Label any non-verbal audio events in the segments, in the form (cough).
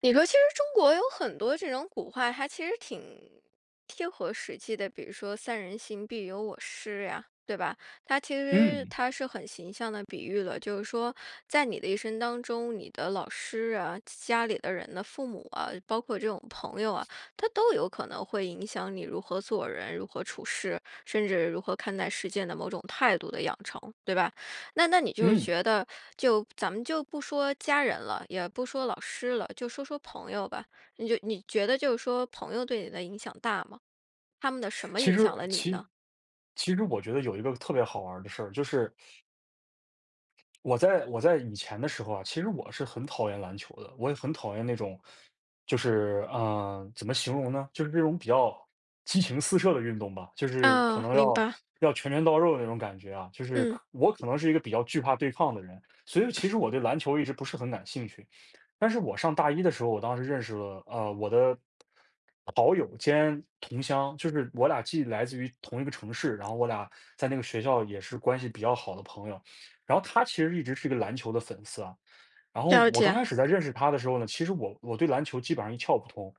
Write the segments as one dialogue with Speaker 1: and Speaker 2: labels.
Speaker 1: 你说，其实中国有很多这种古话，它其实挺贴合实际的。比如说“三人行，必有我师”呀，对吧？它其实
Speaker 2: 嗯
Speaker 1: 它是很形象的比喻了，就是说，在你的一生当中，你的老师啊、家里的人的父母啊，包括这种朋友啊，他都有可能会影响你如何做人、如何处事，甚至如何看待世界的某种态度的养成，对吧？那你就是
Speaker 2: 嗯，
Speaker 1: 觉得，就咱们就不说家人了，也不说老师了，就说说朋友吧。你觉得就是说朋友对你的影响大吗？他们的什么
Speaker 2: 其
Speaker 1: 影响
Speaker 2: 实
Speaker 1: 了你
Speaker 2: 其
Speaker 1: 呢？
Speaker 2: 其实我觉得有一个特别好玩儿的事儿，就是我在以前的时候啊，其实我是很讨厌篮球的，我也很讨厌那种，就是怎么形容呢？就是这种比较激情四射的运动吧，就是可
Speaker 1: 啊，
Speaker 2: 能
Speaker 1: 明
Speaker 2: 要
Speaker 1: 白。
Speaker 2: 要拳拳到肉的那种感觉啊。就是
Speaker 1: 嗯。
Speaker 2: 我可能是一个比较惧怕对抗的人，所以其实我对篮球一直不是很感兴趣。但是我上大一的时候，我当时认识了我的好友兼同乡，就是我俩既来自于同一个城市，然后我俩在那个学校也是关系比较好的朋友。然后他其实一直是一个篮球的粉丝啊。然后
Speaker 1: 了
Speaker 2: 我刚
Speaker 1: 解。
Speaker 2: 开始在认识他的时候呢，其实我对篮球基本上一窍不通，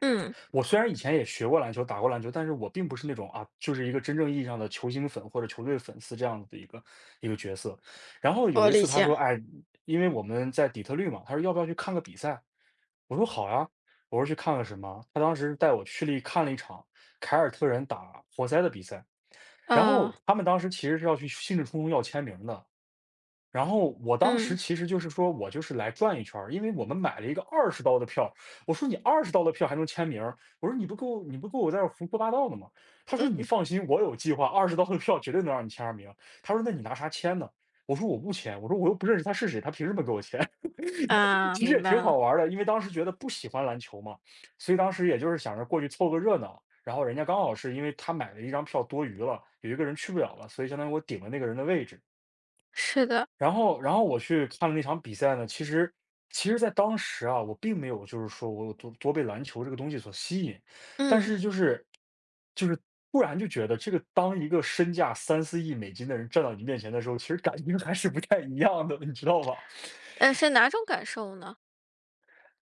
Speaker 1: 嗯。
Speaker 2: 我虽然以前也学过篮球，打过篮球，但是我并不是那种啊，就是一个真正意义上的球星粉或者球队粉丝这样子的一个角色。然后
Speaker 1: 我
Speaker 2: 有一
Speaker 1: 理
Speaker 2: 次他
Speaker 1: 解。
Speaker 2: 说：“哎，因为我们在底特律嘛，他说要不要去看个比赛？”我说：“好呀。”我说：“去看个什么？”他当时带我去了一看了一场凯尔特人打活塞的比赛，然后
Speaker 1: 啊。
Speaker 2: 他们当时其实是要去兴致冲冲要签名的，然后我当时
Speaker 1: 嗯
Speaker 2: 其实就是说我就是来转一圈儿，因为我们买了一个二十刀的票，我说：“你二十刀的票还能签名儿？”我说：“你不给我在这儿胡说八道的吗？”他说：
Speaker 1: 嗯。
Speaker 2: “你放心，我有计划，二十刀的票绝对能让你签上名。”他说：“那你拿啥签呢？”我说：“我不签。”我说：“我又不认识他是谁，他凭什么给我签？” (laughs)
Speaker 1: 啊，
Speaker 2: 其实也
Speaker 1: 明白
Speaker 2: 挺好
Speaker 1: 了。
Speaker 2: 玩儿的，因为当时觉得不喜欢篮球嘛，所以当时也就是想着过去凑个热闹。然后人家刚好是因为他买了一张票多余了，有一个人去不了了，所以相当于我顶了那个人的位置。
Speaker 1: 是的。
Speaker 2: 然后我去看了那场比赛呢，其实在当时啊，我并没有就是说我有多被篮球这个东西所吸引，但
Speaker 1: 嗯。
Speaker 2: 是就是突然就觉得这个当一个身价3、4亿美金的人站到你面前的时候，其实感觉还是不太一样的，你知道吧？
Speaker 1: 呃，是哪种感受呢？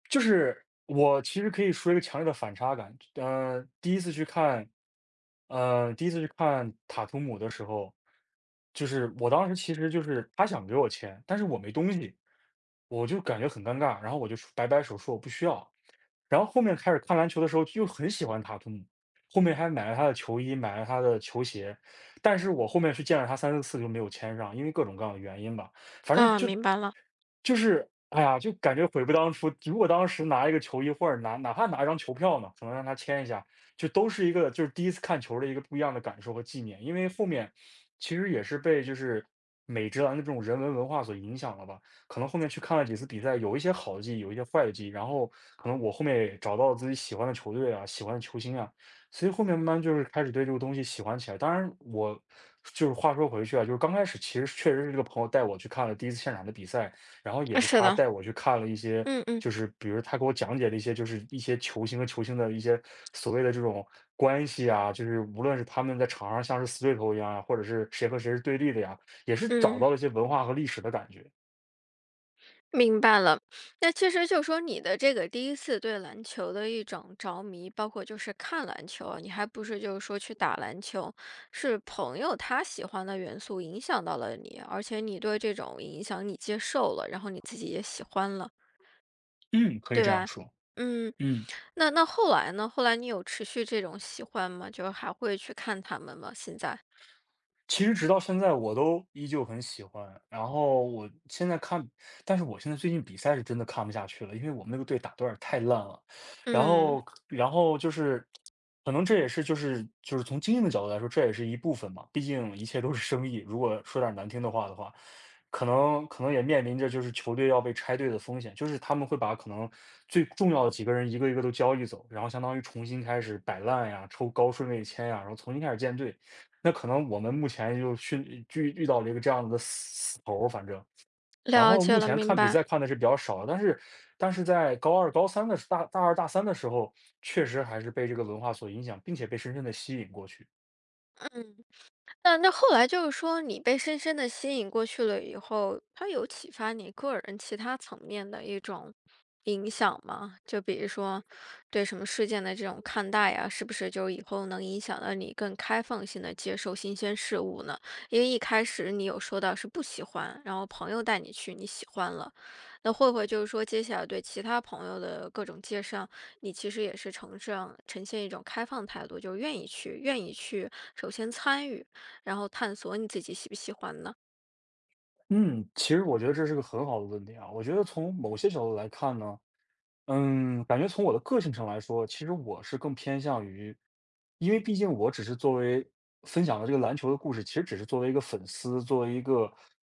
Speaker 2: 就是我其实可以说一个强烈的反差感，第一次去看塔图姆的时候，就是我当时其实就是他想给我签，但是我没东西，我就感觉很尴尬，然后我就说摆摆手说我不需要。然后后面开始看篮球的时候，又很喜欢塔图姆，后面还买了他的球衣，买了他的球鞋，但是我后面去见了他3、4次就没有签上，因为各种各样的原因吧。反正
Speaker 1: 啊，
Speaker 2: 就
Speaker 1: 明白了。
Speaker 2: 就是，哎呀，就感觉悔不当初。如果当时拿一个球衣，或者哪怕拿一张球票呢，可能让他签一下，就都是一个就是第一次看球的一个不一样的感受和纪念。因为后面其实也是被就是美职篮的这种人文文化所影响了吧。可能后面去看了几次比赛，有一些好的记忆，有一些坏的记忆。然后可能我后面也找到了自己喜欢的球队啊，喜欢的球星啊，所以后面慢慢就是开始对这个东西喜欢起来。当然我就是话说回去啊，就是刚开始其实确实是这个朋友带我去看了第一次现场的比赛，然后也是
Speaker 1: 是
Speaker 2: 他
Speaker 1: 的。
Speaker 2: 带我去看了一些，
Speaker 1: 嗯嗯。
Speaker 2: 就是比如他给我讲解了一些，就是一些球星和球星的一些所谓的这种关系啊，就是无论是他们在场上像是死对头一样啊，或者是谁和谁是对立的呀，也是找
Speaker 1: 嗯。
Speaker 2: 到了一些文化和历史的感觉。
Speaker 1: 明白了。那其实就说你的这个第一次对篮球的一种着迷，包括就是看篮球啊你还不是就是说去打篮球，是朋友他喜欢的元素影响到了你，而且你对这种影响你接受了，然后你自己也喜欢了，
Speaker 2: 嗯，可以
Speaker 1: 对
Speaker 2: 这样
Speaker 1: 吧？
Speaker 2: 说。
Speaker 1: 嗯。
Speaker 2: 嗯。
Speaker 1: 那后来呢？后来你有持续这种喜欢吗？就还会去看他们吗？现在？
Speaker 2: 其实直到现在我都依旧很喜欢，然后我现在看，但是我现在最近比赛是真的看不下去了，因为我们那个队打的有点太烂了。然
Speaker 1: 嗯，
Speaker 2: 后然后就是，可能这也是就是从经营的角度来说，这也是一部分嘛，毕竟一切都是生意，如果说点难听的话的话，可能也面临着就是球队要被拆队的风险，就是他们会把可能最重要的几个人一个一个都交易走，然后相当于重新开始摆烂呀，抽高顺位签呀，然后重新开始建队。那可能我们目前就遇到了一个这样的死头儿反正。然
Speaker 1: 了
Speaker 2: 后
Speaker 1: 解
Speaker 2: 目
Speaker 1: 了，
Speaker 2: 前
Speaker 1: 明
Speaker 2: 看比赛
Speaker 1: 白。
Speaker 2: 看的是比较少，但是但是在高二、高三的时大大二、大三的时候，确实还是被这个文化所影响，并且被深深的吸引过去。
Speaker 1: 嗯。那后来就是说，你被深深的吸引过去了以后，它有启发你个人其他层面的一种影响吗？就比如说，对什么事件的这种看待呀，是不是就以后能影响到你更开放性的接受新鲜事物呢？因为一开始你有说到是不喜欢，然后朋友带你去，你喜欢了，那会不会就是说，接下来对其他朋友的各种介绍，你其实也是呈现一种开放态度，就愿意去，愿意去，首先参与。然后探索你自己喜不喜欢呢？
Speaker 2: 嗯，其实我觉得这是个很好的问题啊，我觉得从某些角度来看呢，感觉从我的个性上来说，其实我是更偏向于，因为毕竟我只是作为分享了这个篮球的故事，其实只是作为一个粉丝，作为一个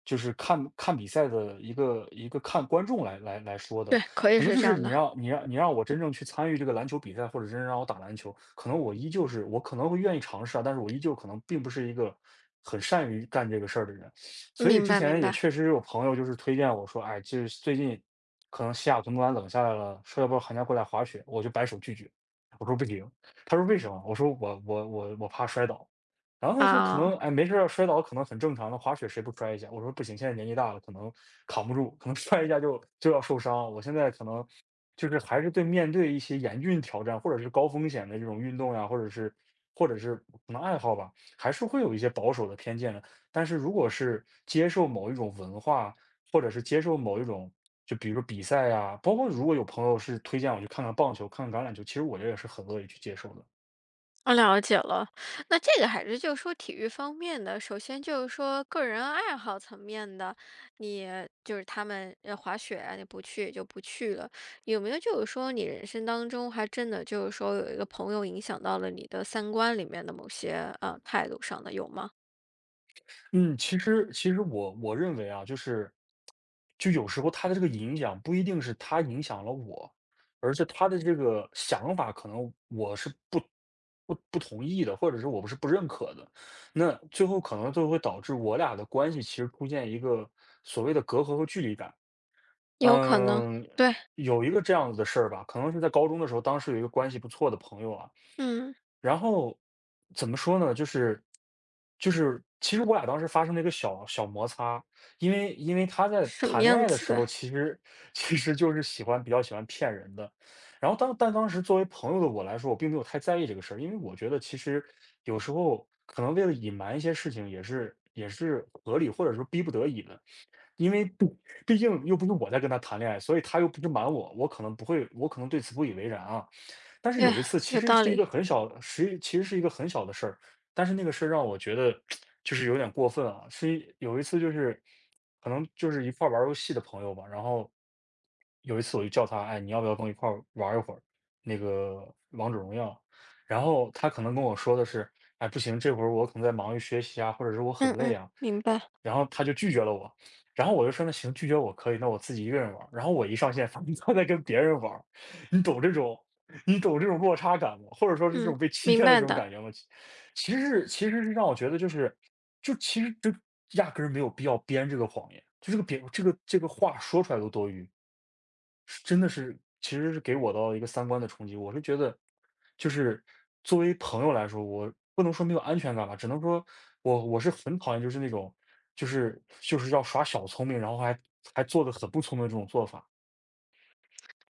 Speaker 2: 就是看看比赛的一个观众来说的，
Speaker 1: 对，可以
Speaker 2: 可能
Speaker 1: 是
Speaker 2: 就
Speaker 1: 这
Speaker 2: 是
Speaker 1: 样的。
Speaker 2: 你让我真正去参与这个篮球比赛，或者真正让我打篮球，可能我依旧是我可能会愿意尝试啊，但是我依旧可能并不是一个很善于干这个事儿的人。所以
Speaker 1: 明
Speaker 2: 之
Speaker 1: 白明
Speaker 2: 前也
Speaker 1: 白。
Speaker 2: 确实有朋友就是推荐我说，哎，就是最近可能西雅图突然冷下来了，说要不要寒假过来滑雪？我就摆手拒绝，我说不行。他说为什么？我说我怕摔倒。然后他说可能
Speaker 1: 啊，
Speaker 2: 哎没事儿，摔倒可能很正常的，滑雪谁不摔一下？我说不行，现在年纪大了，可能扛不住，可能摔一下就要受伤。我现在可能就是还是对面对一些严峻挑战或者是高风险的这种运动呀、或者是可能爱好吧，还是会有一些保守的偏见的。但是如果是接受某一种文化，或者是接受某一种，就比如说比赛啊，包括如果有朋友是推荐我去看看棒球、看看橄榄球，其实我也是很乐意去接受的。
Speaker 1: 我了解了。那这个还是就说体育方面的，首先就是说个人爱好层面的，你就是他们呃滑雪啊，你不去也就不去了。有没有就是说你人生当中还真的就是说有一个朋友影响到了你的三观里面的某些呃态度上的，有吗？
Speaker 2: 嗯，其实我认为啊，就是就有时候他的这个影响不一定是他影响了我，而是他的这个想法可能我是不同意的，或者是我不认可的。那最后可能就会导致我俩的关系其实出现一个所谓的隔阂和距离感。
Speaker 1: 有可能。
Speaker 2: 嗯，
Speaker 1: 对。
Speaker 2: 有一个这样子的事儿吧，可能是在高中的时候，当时有一个关系不错的朋友啊，
Speaker 1: 嗯。
Speaker 2: 然后怎么说呢，就是其实我俩当时发生了一个小小摩擦，因为他在
Speaker 1: 什么
Speaker 2: 谈恋
Speaker 1: 样
Speaker 2: 爱的
Speaker 1: 子
Speaker 2: 时
Speaker 1: 的？
Speaker 2: 候，其实 (laughs) 其实就是喜欢比较喜欢骗人的，然后当时作为朋友的我来说，我并没有太在意这个事儿，因为我觉得其实有时候可能为了隐瞒一些事情，也是合理或者说逼不得已的。因为不，毕竟又不是我在跟他谈恋爱，所以他又不是瞒我，我可能不会，我可能对此不以为然啊。但是
Speaker 1: 对，
Speaker 2: 有一次，其
Speaker 1: 有
Speaker 2: 实
Speaker 1: 道
Speaker 2: 是一
Speaker 1: 理。
Speaker 2: 个很小，其实是一个很小的事儿，但是那个事儿让我觉得就是有点过分啊。有一次就是可能就是一块儿玩儿游戏的朋友吧，然后有一次我就叫他，哎，你要不要跟我一块儿玩儿一会儿那个王者荣耀？然后他可能跟我说的是，哎，不行，这会儿我可能在忙于学习啊，或者是我
Speaker 1: 嗯
Speaker 2: 很累
Speaker 1: 嗯，
Speaker 2: 啊，
Speaker 1: 明白。
Speaker 2: 然后他就拒绝了我。然后我就说：“那行，拒绝我可以，那我自己一个人玩儿。”然后我一上线，发现他在跟别人玩儿，你懂这种你懂这种落差感吗？或者说是这
Speaker 1: 嗯，
Speaker 2: 种被欺
Speaker 1: 明
Speaker 2: 骗的
Speaker 1: 白
Speaker 2: 这种
Speaker 1: 的。
Speaker 2: 感觉吗？其实是让我觉得就是，其实就压根儿没有必要编这个谎言，就这个别这个这个话说出来都多余。是真的是其实是给我到一个三观的冲击。我是觉得，就是作为朋友来说，我不能说没有安全感吧，只能说我是很讨厌就是那种，就是要耍小聪明，然后还做的很不聪明的这种做法。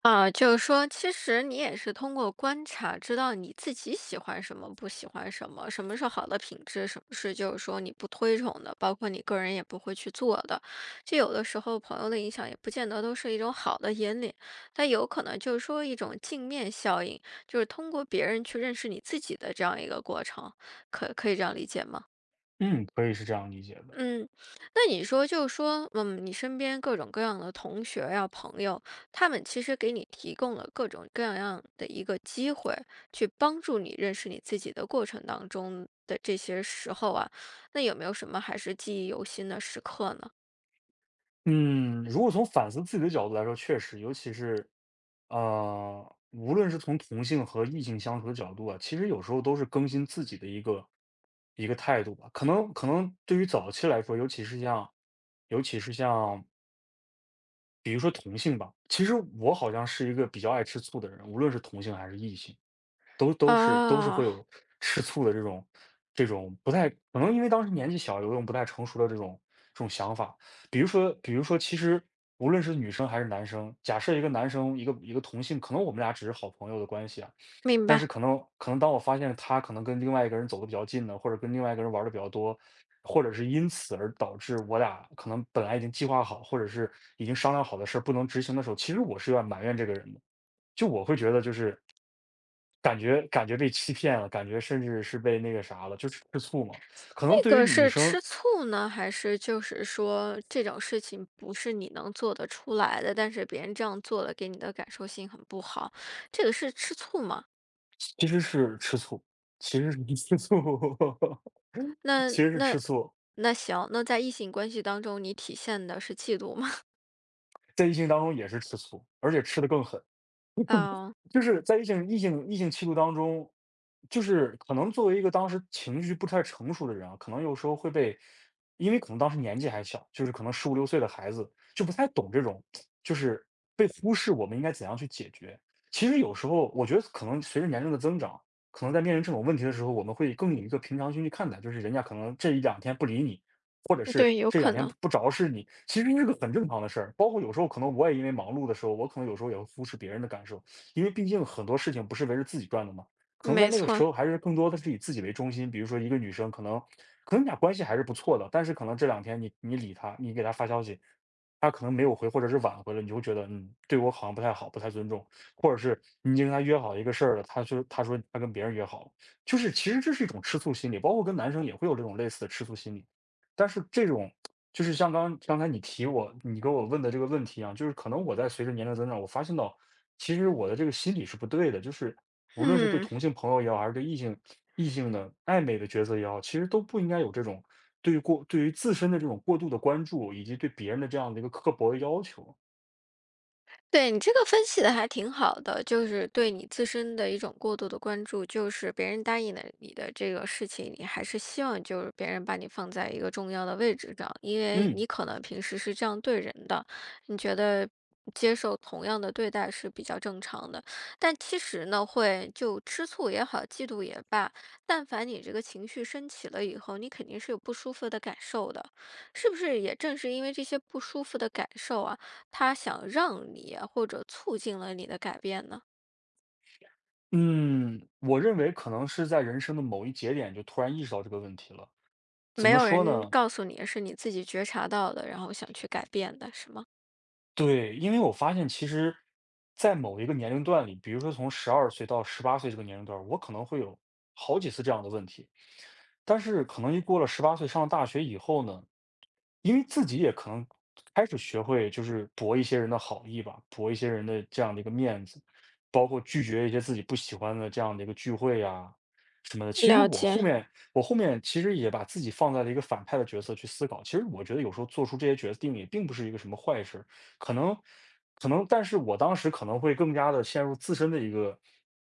Speaker 1: 啊，就是说，其实你也是通过观察，知道你自己喜欢什么，不喜欢什么，什么是好的品质，什么是就是说你不推崇的，包括你个人也不会去做的。就有的时候朋友的影响也不见得都是一种好的引领，但有可能就是说一种镜面效应，就是通过别人去认识你自己的这样一个过程，可可以这样理解吗？
Speaker 2: 嗯，可以是这样理解的。
Speaker 1: 嗯。那你说就是说，嗯，你身边各种各样的同学呀、朋友，他们其实给你提供了各种各样的一个机会，去帮助你认识你自己的过程当中的这些时候啊，那有没有什么还是记忆犹新的时刻呢？
Speaker 2: 嗯，如果从反思自己的角度来说，确实，尤其是，无论是从同性和异性相处的角度啊，其实有时候都是更新自己的一个态度吧。可能对于早期来说，尤其是像，尤其是像，比如说同性吧，其实我好像是一个比较爱吃醋的人，无论是同性还是异性。都是会
Speaker 1: 啊，
Speaker 2: 有吃醋的这种不太可能因为当时年纪小，有一种不太成熟的这种想法。比如说，其实无论是女生还是男生，假设一个男生，一个同性，可能我们俩只是好朋友的关系啊，
Speaker 1: 明
Speaker 2: 但是
Speaker 1: 白。
Speaker 2: 可能当我发现他可能跟另外一个人走的比较近呢，或者跟另外一个人玩的比较多，或者是因此而导致我俩可能本来已经计划好，或者是已经商量好的事儿不能执行的时候，其实我是有点埋怨这个人的。就我会觉得就是感觉被欺骗了，感觉甚至是被那个啥了，就是吃醋嘛。可能
Speaker 1: 这
Speaker 2: 对于
Speaker 1: 个
Speaker 2: 女
Speaker 1: 是
Speaker 2: 生
Speaker 1: 吃醋呢，还是就是说这种事情不是你能做得出来的，但是别人这样做了，给你的感受性很不好，这个是吃醋吗？
Speaker 2: 其实是吃醋，其实是吃醋，(laughs)
Speaker 1: 那
Speaker 2: 其实是
Speaker 1: 那
Speaker 2: 吃醋，
Speaker 1: 那行，那在异性关系当中，你体现的是嫉妒吗？
Speaker 2: 在异性当中也是吃醋，而且吃的更狠。
Speaker 1: (laughs) 哦。
Speaker 2: 就是在异性气度当中，就是可能作为一个当时情绪不太成熟的人啊，可能有时候会被，因为可能当时年纪还小，就是可能十五六岁的孩子就不太懂这种，就是被忽视，我们应该怎样去解决。其实有时候我觉得可能随着年龄的增长，可能在面临这种问题的时候，我们会更以一个平常心去看待，就是人家可能这一两天不理你，或者是
Speaker 1: 对，有
Speaker 2: 这两
Speaker 1: 可
Speaker 2: 天
Speaker 1: 能。
Speaker 2: 不着视你，其实是个很正常的事儿。包括有时候可能我也因为忙碌的时候，我可能有时候也会忽视别人的感受。因为毕竟很多事情不是围着自己转的嘛，可能在
Speaker 1: 没
Speaker 2: 那个时
Speaker 1: 错。
Speaker 2: 候还是更多的是以自己为中心。比如说一个女生，可能你俩关系还是不错的，但是可能这两天你理她，你给她发消息，她可能没有回，或者是晚回了，你就会觉得嗯，对我好像不太好，不太尊重，或者是你已经跟她约好一个事儿了，她说她跟别人约好了，就是其实这是一种吃醋心理，包括跟男生也会有这种类似的吃醋心理，但是这种。就是像刚刚才你提我，你给我问的这个问题啊，就是可能我在随着年龄增长，我发现到其实我的这个心理是不对的，就是
Speaker 1: (laughs)
Speaker 2: 无论是对
Speaker 1: 嗯。
Speaker 2: 同性朋友也好，还是对异性异性的暧昧的角色也好，其实都不应该有这种对于过对于自身的这种过度的关注，以及对别人的这样的一个刻薄的要求。
Speaker 1: 对，你这个分析的还挺好的，就是对你自身的一种过度的关注，就是别人答应了你的这个事情，你还是希望就是别人把你放在一个重要的位置上，因为
Speaker 2: 嗯
Speaker 1: 你可能平时是这样对人的，你觉得接受同样的对待是比较正常的。但其实呢，会就吃醋也好，嫉妒也罢，但凡你这个情绪升起了以后，你肯定是有不舒服的感受的，是不是？也正是因为这些不舒服的感受啊。他想让你或者促进了你的改变呢？
Speaker 2: 嗯，我认为可能是在人生的某一节点就突然意识到这个问题了。怎
Speaker 1: 没
Speaker 2: 么
Speaker 1: 有
Speaker 2: 说
Speaker 1: 人
Speaker 2: 呢？
Speaker 1: 告诉你，是你自己觉察到的，然后想去改变的，是吗？
Speaker 2: 对，因为我发现其实，在某一个年龄段里，比如说从12岁到十八岁这个年龄段儿我可能会有好几次这样的问题。但是可能一过了十八岁上了大学以后呢，因为自己也可能开始学会就是博一些人的好意吧，博一些人的这样的一个面子，包括拒绝一些自己不喜欢的这样的一个聚会呀什么的。其实
Speaker 1: 了解。
Speaker 2: 我后面其实也把自己放在了一个反派的角色去思考，其实我觉得有时候做出这些决定也并不是一个什么坏事，可能可能，但是我当时可能会更加的陷入自身的一个。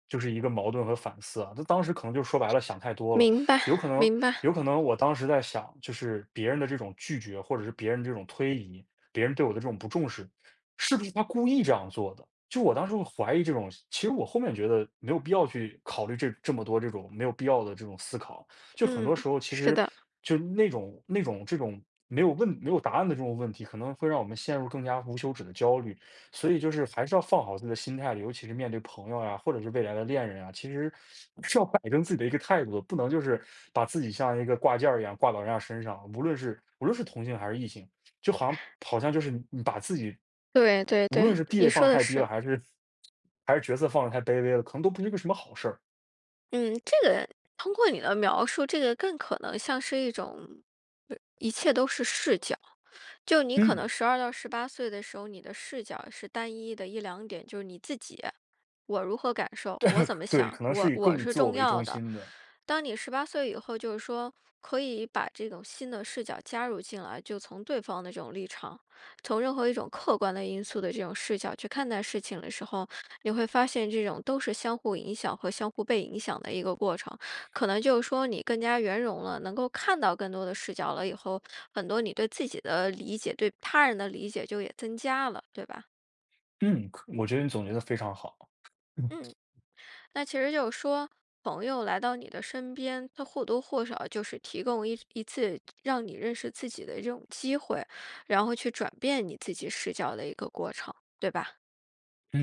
Speaker 2: 就是一个矛盾和反思啊，他当时可能就说白了想太多了，
Speaker 1: 明白，
Speaker 2: 有可能，
Speaker 1: 明白。
Speaker 2: 有可能我当时在想，就是别人的这种拒绝，或者是别人这种推移，别人对我的这种不重视，是不是他故意这样做的？就我当时会怀疑这种，其实我后面觉得没有必要去考虑这么多这种没有必要的这种思考。就很多
Speaker 1: 嗯，
Speaker 2: 时候，其
Speaker 1: 是
Speaker 2: 实
Speaker 1: 的。
Speaker 2: 就那种那种这种没有答案的这种问题，可能会让我们陷入更加无休止的焦虑。所以就是还是要放好自己的心态的，尤其是面对朋友呀，或者是未来的恋人啊，其实是要摆正自己的一个态度的，不能就是把自己像一个挂件儿一样挂到人家身上，无论是同性还是异性，就好像就是你把自己
Speaker 1: 对对
Speaker 2: 无论
Speaker 1: 对，
Speaker 2: 是地位
Speaker 1: 你
Speaker 2: 放
Speaker 1: 说
Speaker 2: 得
Speaker 1: 的
Speaker 2: 太低了，
Speaker 1: 是。
Speaker 2: 还是角色放得太卑微了，可能都不是个什么好事儿。
Speaker 1: 嗯，这个通过你的描述，这个更可能像是一种，呃一切都是视角。就你可能
Speaker 2: 嗯，
Speaker 1: 12到18岁的时候，你的视角是单一的一两点，就是你自己，我如何感受，我怎么
Speaker 2: (laughs) 对，
Speaker 1: 想，
Speaker 2: 可能
Speaker 1: 我
Speaker 2: 是以
Speaker 1: 我
Speaker 2: 更以
Speaker 1: 是
Speaker 2: 自我
Speaker 1: 重
Speaker 2: 为中
Speaker 1: 要的。
Speaker 2: 心的。
Speaker 1: 当你十八岁以后，就是说可以把这种新的视角加入进来，就从对方的这种立场，从任何一种客观的因素的这种视角去看待事情的时候，你会发现这种都是相互影响和相互被影响的一个过程。可能就是说你更加圆融了，能够看到更多的视角了以后，很多你对自己的理解、对他人的理解就也增加了，对吧？
Speaker 2: 嗯，可我觉得你总结的非常好。嗯
Speaker 1: 嗯。那其实就是说，朋友来到你的身边，他或多或少就是提供一次让你认识自己的这种机会，然后去转变你自己视角的一个过程，对吧？
Speaker 2: 嗯。